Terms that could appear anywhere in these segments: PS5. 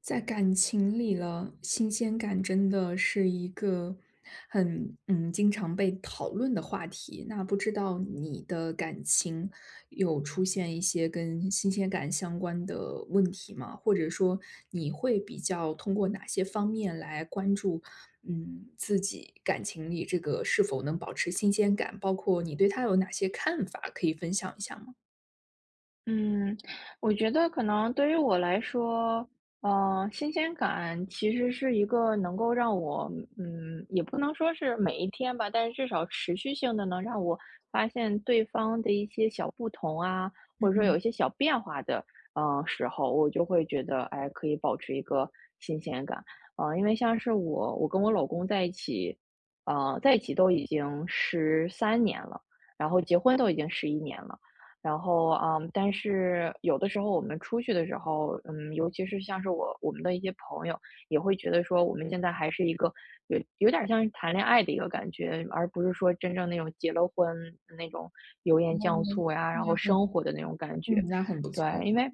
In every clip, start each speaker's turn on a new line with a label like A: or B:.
A: 在感情里了，新鲜感真的是一个很经常被讨论的话题。那不知道你的感情有出现一些跟新鲜感相关的问题吗？或者说你会比较通过哪些方面来关注自己感情里这个是否能保持新鲜感？包括你对他有哪些看法，可以分享一下吗？
B: 嗯，我觉得可能对于我来说，新鲜感其实是一个能够让我，也不能说是每一天吧，但是至少持续性的能让我发现对方的一些小不同啊，或者说有一些小变化的时候，我就会觉得，哎，可以保持一个新鲜感。因为像是我跟我老公在一起，在一起都已经13年了，然后结婚都已经11年了。然后，但是有的时候我们出去的时候，尤其是像是我们的一些朋友，也会觉得说我们现在还是一个有点儿像是谈恋爱的一个感觉，而不是说真正那种结了婚那种油盐酱醋呀，然后生活的那种感觉。
A: 嗯，那很不错。
B: 对，因为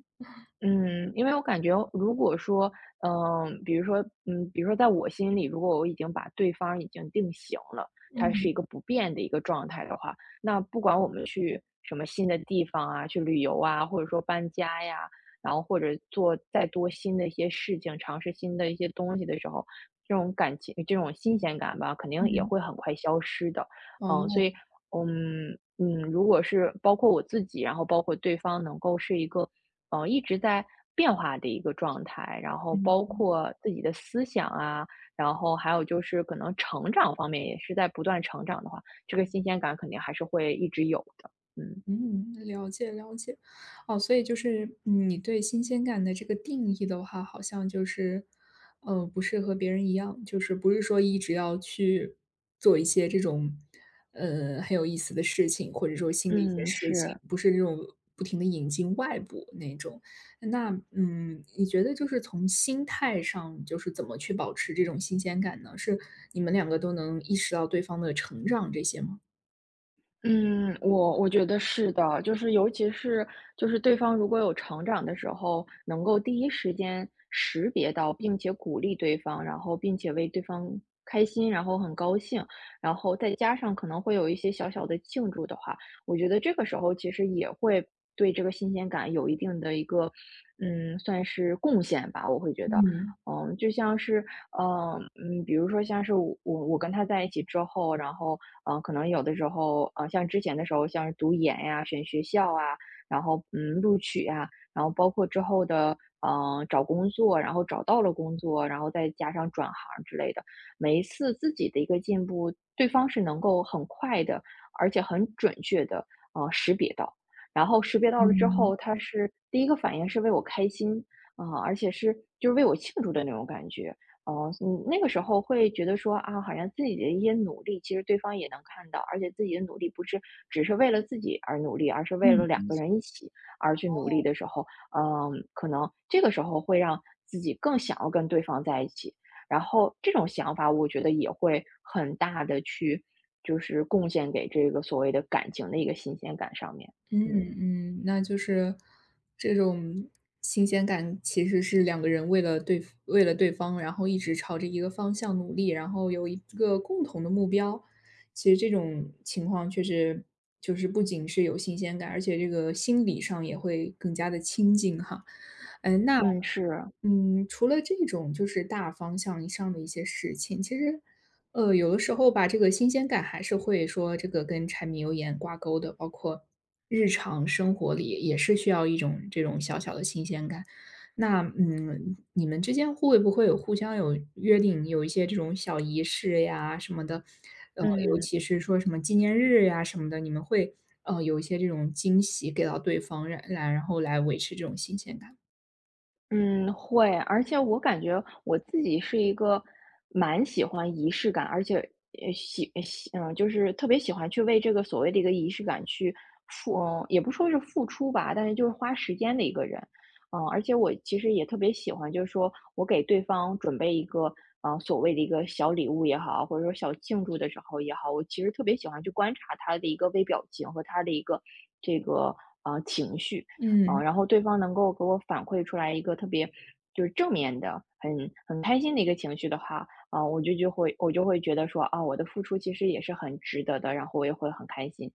B: 嗯，因为我感觉如果说，嗯，比如说，比如说在我心里，如果我已经把对方已经定型了，他是
A: 嗯
B: 一个不变的一个状态的话，那不管我们去什么新的地方啊，去旅游啊，或者说搬家呀，然后或者做再多新的一些事情，尝试新的一些东西的时候，这种感情、这种新鲜感吧，肯定也
A: 嗯，
B: 会很快消失的。
A: 哦，
B: 所以，如果是包括我自己，然后包括对方能够是一个。一直在变化的一个状态，然后包括自己的思想啊，然后还有就是可能成长方面也是在不断成长的话，这个新鲜感肯定还是会一直有的，嗯。
A: 嗯，了解了解。哦，所以就是你对新鲜感的这个定义的话，好像就是，不是和别人一样，就是不是说一直要去做一些这种，很有意思的事情，或者说新的一些
B: 嗯，
A: 事情，
B: 是。
A: 不是这种不停的引进外部那种。那嗯，你觉得就是从心态上，就是怎么去保持这种新鲜感呢？是你们两个都能意识到对方的成长这些吗？
B: 嗯，我觉得是的，就是尤其是对方如果有成长的时候，能够第一时间识别到，并且鼓励对方，然后并且为对方开心，然后很高兴，然后再加上可能会有一些小小的庆祝的话，我觉得这个时候其实也会对这个新鲜感有一定的一个，算是贡献吧，我会觉得。
A: 嗯
B: 就像是比如说像是我跟他在一起之后，然后，可能有的时候，像之前的时候，像是读研呀、选学校啊，然后，录取啊，然后包括之后的找工作，然后找到了工作，然后再加上转行之类的，每一次自己的一个进步，对方是能够很快的，而且很准确的，识别到，然后识别到了之
A: 嗯
B: 后，他是第一个反应是为我开心啊，而且是就是为我庆祝的那种感觉。哦，那个时候会觉得说啊，好像自己的一些努力，其实对方也能看到，而且自己的努力不是只是为了自己而努力，而是为了
A: 嗯。
B: 两个人一起而去努力的时候，可能这个时候会让自己更想要跟对方在一起，然后这种想法，我觉得也会很大的去，就是贡献给这个所谓的感情的一个新鲜感上面。
A: 嗯
B: 嗯
A: 嗯，那就是这种新鲜感，其实是两个人为了对方，然后一直朝着一个方向努力，然后有一个共同的目标。其实这种情况确实就是不仅是有新鲜感，而且这个心理上也会更加的亲近哈。嗯，那
B: 嗯，是，
A: 嗯，除了这种就是大方向以上的一些事情，其实，有的时候吧，这个新鲜感还是会说这个跟柴米油盐挂钩的，包括日常生活里也是需要一种这种小小的新鲜感。那嗯，你们之间会不会有互相有约定，有一些这种小仪式呀什么的？尤
B: 嗯。
A: 其是说什么纪念日呀什么的，你们会有一些这种惊喜给到对方，然后来维持这种新鲜感。
B: 嗯，会，而且我感觉我自己是一个蛮喜欢仪式感，而且呃喜呃喜嗯，就是特别喜欢去为这个所谓的一个仪式感去付，也不说是付出吧，但是就是花时间的一个人，而且我其实也特别喜欢，就是说我给对方准备一个，所谓的一个小礼物也好，或者说小庆祝的时候也好，我其实特别喜欢去观察他的一个微表情和他的一个这个情绪。
A: 嗯
B: 然后对方能够给我反馈出来一个特别就是正面的、很开心的一个情绪的话，啊、我就会觉得说啊，我的付出其实也是很值得的，然后我也会很开心。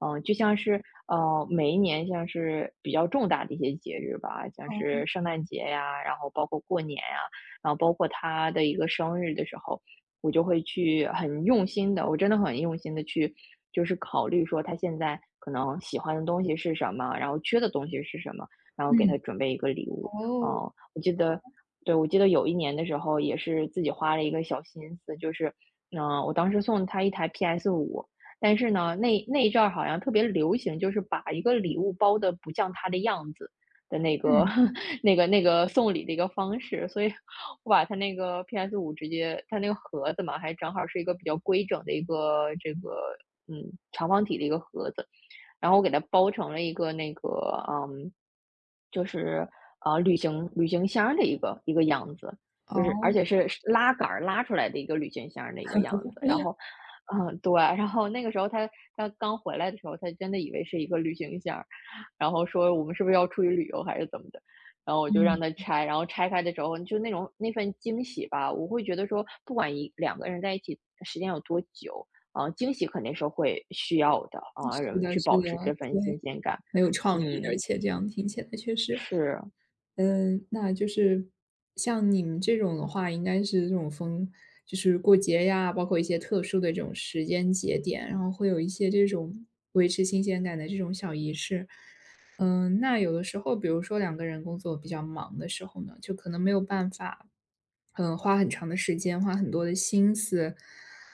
B: 就像是每一年像是比较重大的一些节日吧，像是圣诞节呀，然后包括过年呀，然后包括他的一个生日的时候，我就会去很用心的，我真的很用心的去就是考虑说他现在可能喜欢的东西是什么，然后缺的东西是什么，然后给
A: 嗯。
B: 他准备一个礼物。
A: 哦，
B: 哦，我记得对，我记得有一年的时候也是自己花了一个小心思，就是，我当时送他一台 PS5，但是呢，那一阵儿好像特别流行，就是把一个礼物包的不像他的样子的那个
A: 嗯，
B: 那个送礼的一个方式，所以我把它那个 PS5直接它那个盒子嘛，还正好是一个比较规整的一个这个，长方体的一个盒子，然后我给它包成了一个那个，嗯，就是，旅行箱儿的一个样子，就是
A: 哦，
B: 而且是拉杆儿拉出来的一个旅行箱儿的一个样子。然后对，然后那个时候他刚回来的时候，他真的以为是一个旅行箱儿然后说我们是不是要出去旅游还是怎么的，然后我就让
A: 嗯，
B: 他拆，然后拆开的时候就那种那份惊喜吧，我会觉得说不管一两个人在一起时间有多久，啊，惊喜肯定是会需要的，啊，
A: 是
B: 人
A: 的
B: 去
A: 是
B: 保
A: 的，
B: 持这份
A: 对，
B: 新鲜感。
A: 很有创意，而
B: 嗯，
A: 且这样听起来确实。
B: 是，
A: 嗯，那就是像你们这种的话，应该是这种就是过节呀，包括一些特殊的这种时间节点，然后会有一些这种维持新鲜感的这种小仪式。嗯，那有的时候，比如说两个人工作比较忙的时候呢，就可能没有办法花很长的时间，花很多的心思，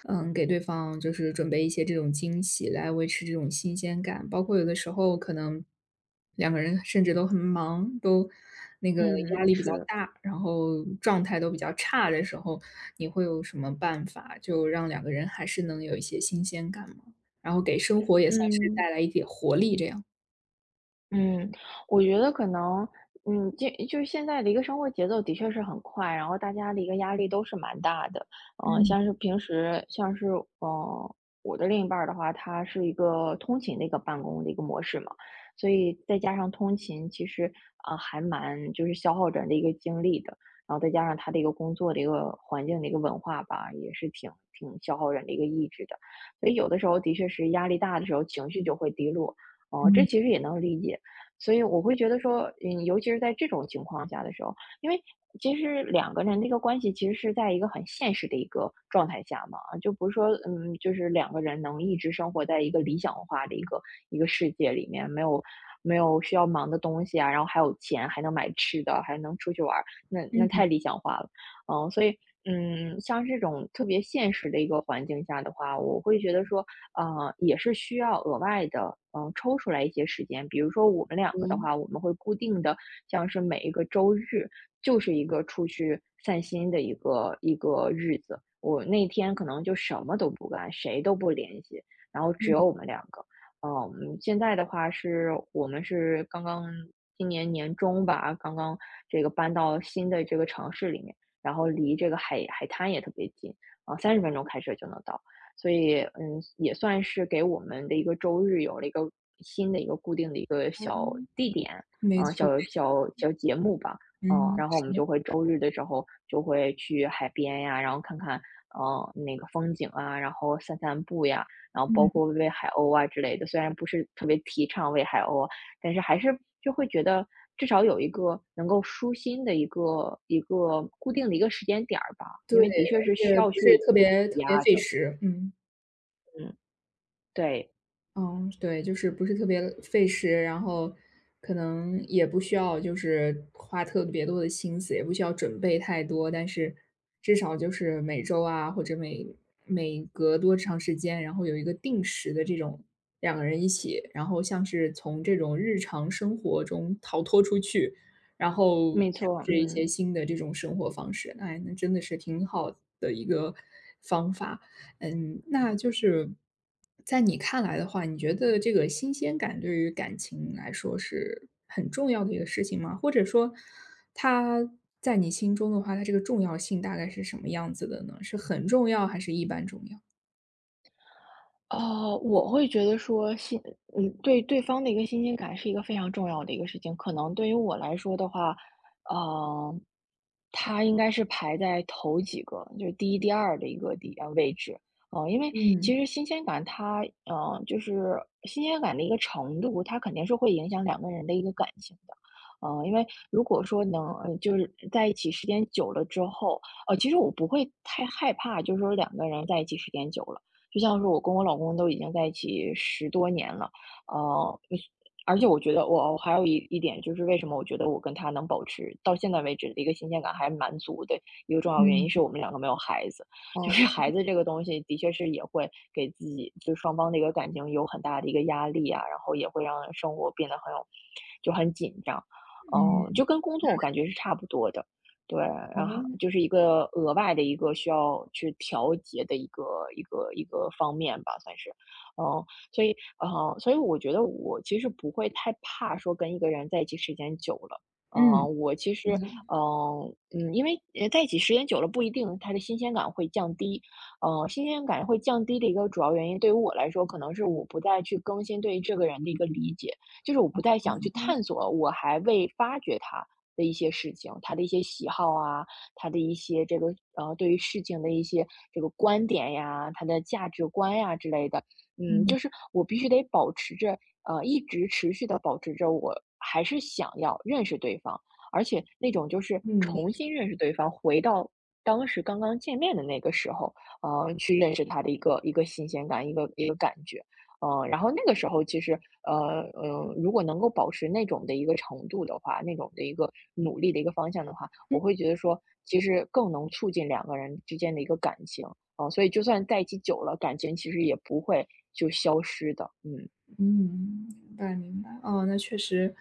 A: 嗯，给对方就是准备一些这种惊喜来维持这种新鲜感。包括有的时候可能两个人甚至都很忙，都那个压
B: 嗯，
A: 力比较
B: 是，
A: 大，然后状态都比较差的时候，你会有什么办法就让两个人还是能有一些新鲜感吗？然后给生活也算是
B: 嗯。
A: 带来一点活力这样。
B: 嗯，我觉得可能，就是现在的一个生活节奏的确是很快，然后大家的一个压力都是蛮大的。
A: 嗯
B: 像是平时，像是嗯，我的另一半儿的话，他是一个通勤的一个办公的一个模式嘛，所以再加上通勤，其实啊、还蛮就是消耗人的一个精力的。然后再加上他的一个工作的一个环境的一个文化吧，也是挺消耗人的一个意志的。所以有的时候的确是压力大的时候，情绪就会低落。哦，这
A: 嗯
B: 其实也能理解，所以我会觉得说，尤其是在这种情况下的时候，因为其实两个人的一个关系其实是在一个很现实的一个状态下嘛，就不是说，就是两个人能一直生活在一个理想化的一个世界里面，没有需要忙的东西啊，然后还有钱，还能买吃的，还能出去玩儿，那
A: 嗯，
B: 太理想化了，所以。像这种特别现实的一个环境下的话，我会觉得说，也是需要额外的，抽出来一些时间。比如说我们两个的
A: 我
B: 话，我们会固定的，像是每一个周日，就是一个出去散心的一个日子。我那天可能就什么都不干，谁都不联系，然后只有我们两个。现在的话是我们是刚刚今年年中吧，刚刚这个搬到新的这个城市里面，然后离这个海滩也特别近，啊，30分钟开车就能到。所以，也算是给我们的一个周日有了一个新的一个固定的一个小
A: 嗯，
B: 地点，
A: 没
B: 嗯、呃
A: 错，没
B: 小小小节目吧。
A: 嗯，
B: 然后我
A: 是
B: 们
A: 的，
B: 就会周日的时候就会去海边呀，然后看看,那个风景啊，然后散散步呀，然后包
A: 嗯。
B: 括喂喂海鸥啊之类的。虽然不是特别提倡喂海鸥，但是还是就会觉得至少有一个能够舒心的一个一个固定的一个时间点儿吧，
A: 对，
B: 因为的确
A: 而
B: 是需
A: 且
B: 要
A: 不是
B: 去
A: 特
B: 补
A: 别特
B: 呀
A: 别费
B: 的。
A: 时，嗯，
B: 嗯。对，
A: 嗯，对，就是不是特别费时，然后可能也不需要就是花特别多的心思，也不需要准备太多，但是至少就是每周啊，或者每隔多长时间，然后有一个定时的这种两个人一起，然后像是从这种日常生活中逃脱出去，然后
B: 没
A: 尝
B: 错，
A: 试一些
B: 嗯。
A: 新的这种生活方式，哎，那真的是挺好的一个方法。嗯，那就是在你看来的话，你觉得这个新鲜感对于感情来说是很重要的一个事情吗？或者说，它在你心中的话，它这个重要性大概是什么样子的呢？是很重要还是一般重要？
B: 哦，我会觉得说对对方的一个新鲜感是一个非常重要的一个事情。可能对于我来说的话，呃，他应该是排在头几个，就是第一、第二的一个位置。因为
A: 嗯
B: 其实新鲜感的一个程度，它肯定是会影响两个人的一个感情的。因为如果说能，呃就是在一起时间久了之后，其实我不会太害怕，就是说两个人在一起时间久了。就像是我跟我老公都已经在一起十多年了，呃，而且我觉得我还有一点，就是为什么我觉得我跟他能保持到现在为止的一个新鲜感还蛮足的，一个重要原
A: 嗯，
B: 因是我们两个没有孩子。就
A: 好
B: 是孩子这个东西的确是也会给自己就双方的一个感情有很大的一个压力啊，然后也会让生活变得很紧张。嗯，
A: 嗯，
B: 就跟工作我感觉是差不多的，对，然后
A: 哦，
B: 就是一个额外的一个需要去调节的一个方面吧，算是。嗯，所以所以我觉得我其实不会太怕说跟一个人在一起时间久了。呃，
A: 嗯，
B: 我其
A: 嗯
B: 实，
A: 的，
B: 嗯嗯，因为在一起时间久了不一定他的新鲜感会降低。嗯，新鲜感会降低的一个主要原因，对于我来说，可能是我不再去更新对于这个人的一个理解，就是我不再想去探索我还未发掘他的一些事情，他的一些喜好啊，他的一些对于事情的一些这个观点呀，他的价值观呀之类的。嗯，
A: 嗯，
B: 就是我必须得保持着，一直持续的保持着。我还是想要认识对方，而且那种就是
A: 嗯，
B: 重新认识对方，回到当时刚刚见面的那个时候，去认识他的一个一个新鲜感，一个一个感觉。嗯，然后那个时候其实，如果能够保持那种的一个程度的话，那种的一个努力的一个方向的话，我会觉得说，其实更能促进两个人之间的一个感情。所以就算在一起久了，感情其实也不会就消失的，嗯。
A: 嗯，明白明白。哦，那确实，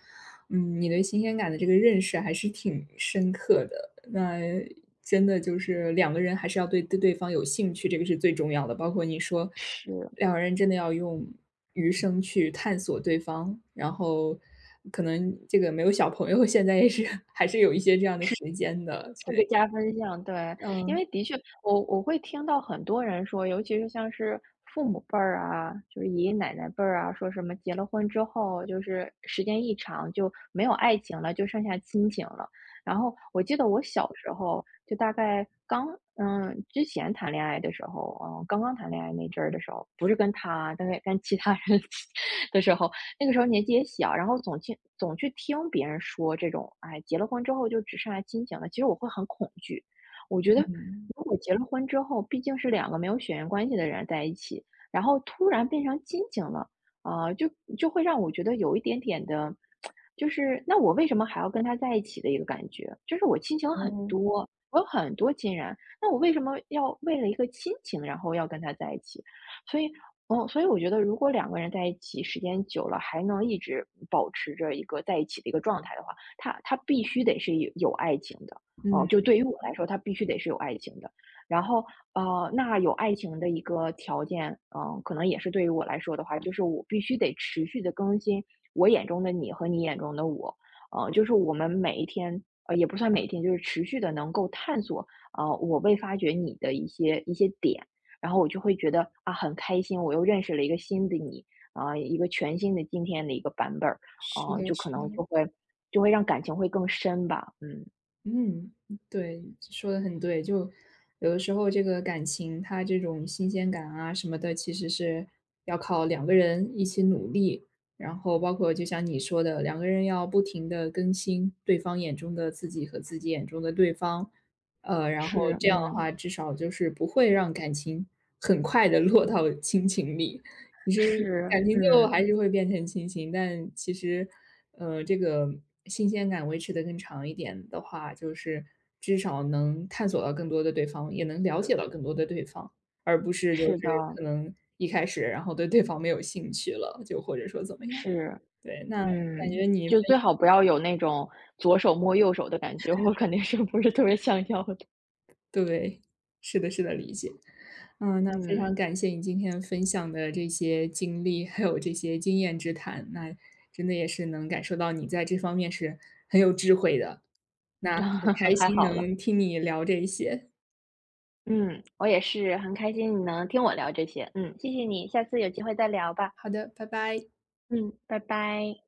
A: 嗯，你对新鲜感的这个认识还是挺深刻的。那真的就是两个人还是要对对方有兴趣，这个是最重要的。包括你说，
B: 是。
A: 两个人真的要用余生去探索对方，然后可能这个没有小朋友，现在也是还是有一些这样的时间的，所
B: 这
A: 以，
B: 个加分项，对。因
A: 嗯，
B: 为的确，我会听到很多人说，尤其是像是父母辈儿啊，就是爷爷奶奶辈儿啊，说什么结了婚之后，就是时间一长就没有爱情了，就剩下亲情了。然后我记得我小时候，就大概刚之前谈恋爱的时候，嗯，刚刚谈恋爱那阵儿的时候，不是跟他，大概跟其他人 的时候，那个时候年纪也小，然后总听总去听别人说这种，哎，结了婚之后就只剩下亲情了，其实我会很恐惧。我觉得如果结了婚之后，毕竟是两个没有血缘关系的人在一起，然后突然变成亲情了，啊、就就会让我觉得有一点点的，就是那我为什么还要跟他在一起的一个感觉，就是我亲情很
A: 哦，
B: 多，我有很多亲人，那我为什么要为了一个亲情，然后要跟他在一起？所以哦，所以我觉得如果两个人在一起时间久了，还能一直保持着一个在一起的一个状态的话，他必须得是有爱情的。哦，
A: 嗯，
B: 就对于我来说，他必须得是有爱情的。然后，那有爱情的一个条件，可能也是对于我来说的话，就是我必须得持续的更新我眼中的你和你眼中的我。就是我们每一天，也不算每一天，就是持续的能够探索我未发掘你的一些点。然后我就会觉得啊很开心，我又认识了一个新的你，一个全新的今天的一个版本儿。
A: 是
B: 啊，
A: 的
B: 就可
A: 是的。
B: 能就会让感情会更深吧，嗯。
A: 嗯，对，说的很对。就有的时候这个感情，它这种新鲜感啊什么的，其实是要靠两个人一起努力，然后包括就像你说的，两个人要不停的更新对方眼中的自己和自己眼中的对方，然后
B: 是，
A: 这样的
B: 嗯。
A: 话，至少就是不会让感情很快的落到亲情里。其实
B: 是，
A: 感情最后还
B: 嗯。
A: 是会变成亲情，但其实，这个新鲜感维持的更长一点的话，就是至少能探索到更多的对方，也能了解到更多的对方，而不是就是
B: 是的，
A: 可能一开始，然后对对方没有兴趣了，就或者说怎么样。
B: 是，
A: 对，那感
B: 嗯，
A: 觉你
B: 就
A: 分
B: 最好不要有那种左手摸右手的感觉，我肯定是不是特别想要的。
A: 对，是的，是的，理解。嗯，那非常
B: 嗯，
A: 感谢你今天分享的这些经历，还有这些经验之谈，那真的也是能感受到你在这方面是很有智慧的，那很开
B: 还
A: 心
B: 好了。
A: 能听你聊这些。
B: 嗯，我也是很开心你能听我聊这些，嗯，谢谢你，下次有机会再聊吧。
A: 好的，拜拜。
B: 嗯，拜拜。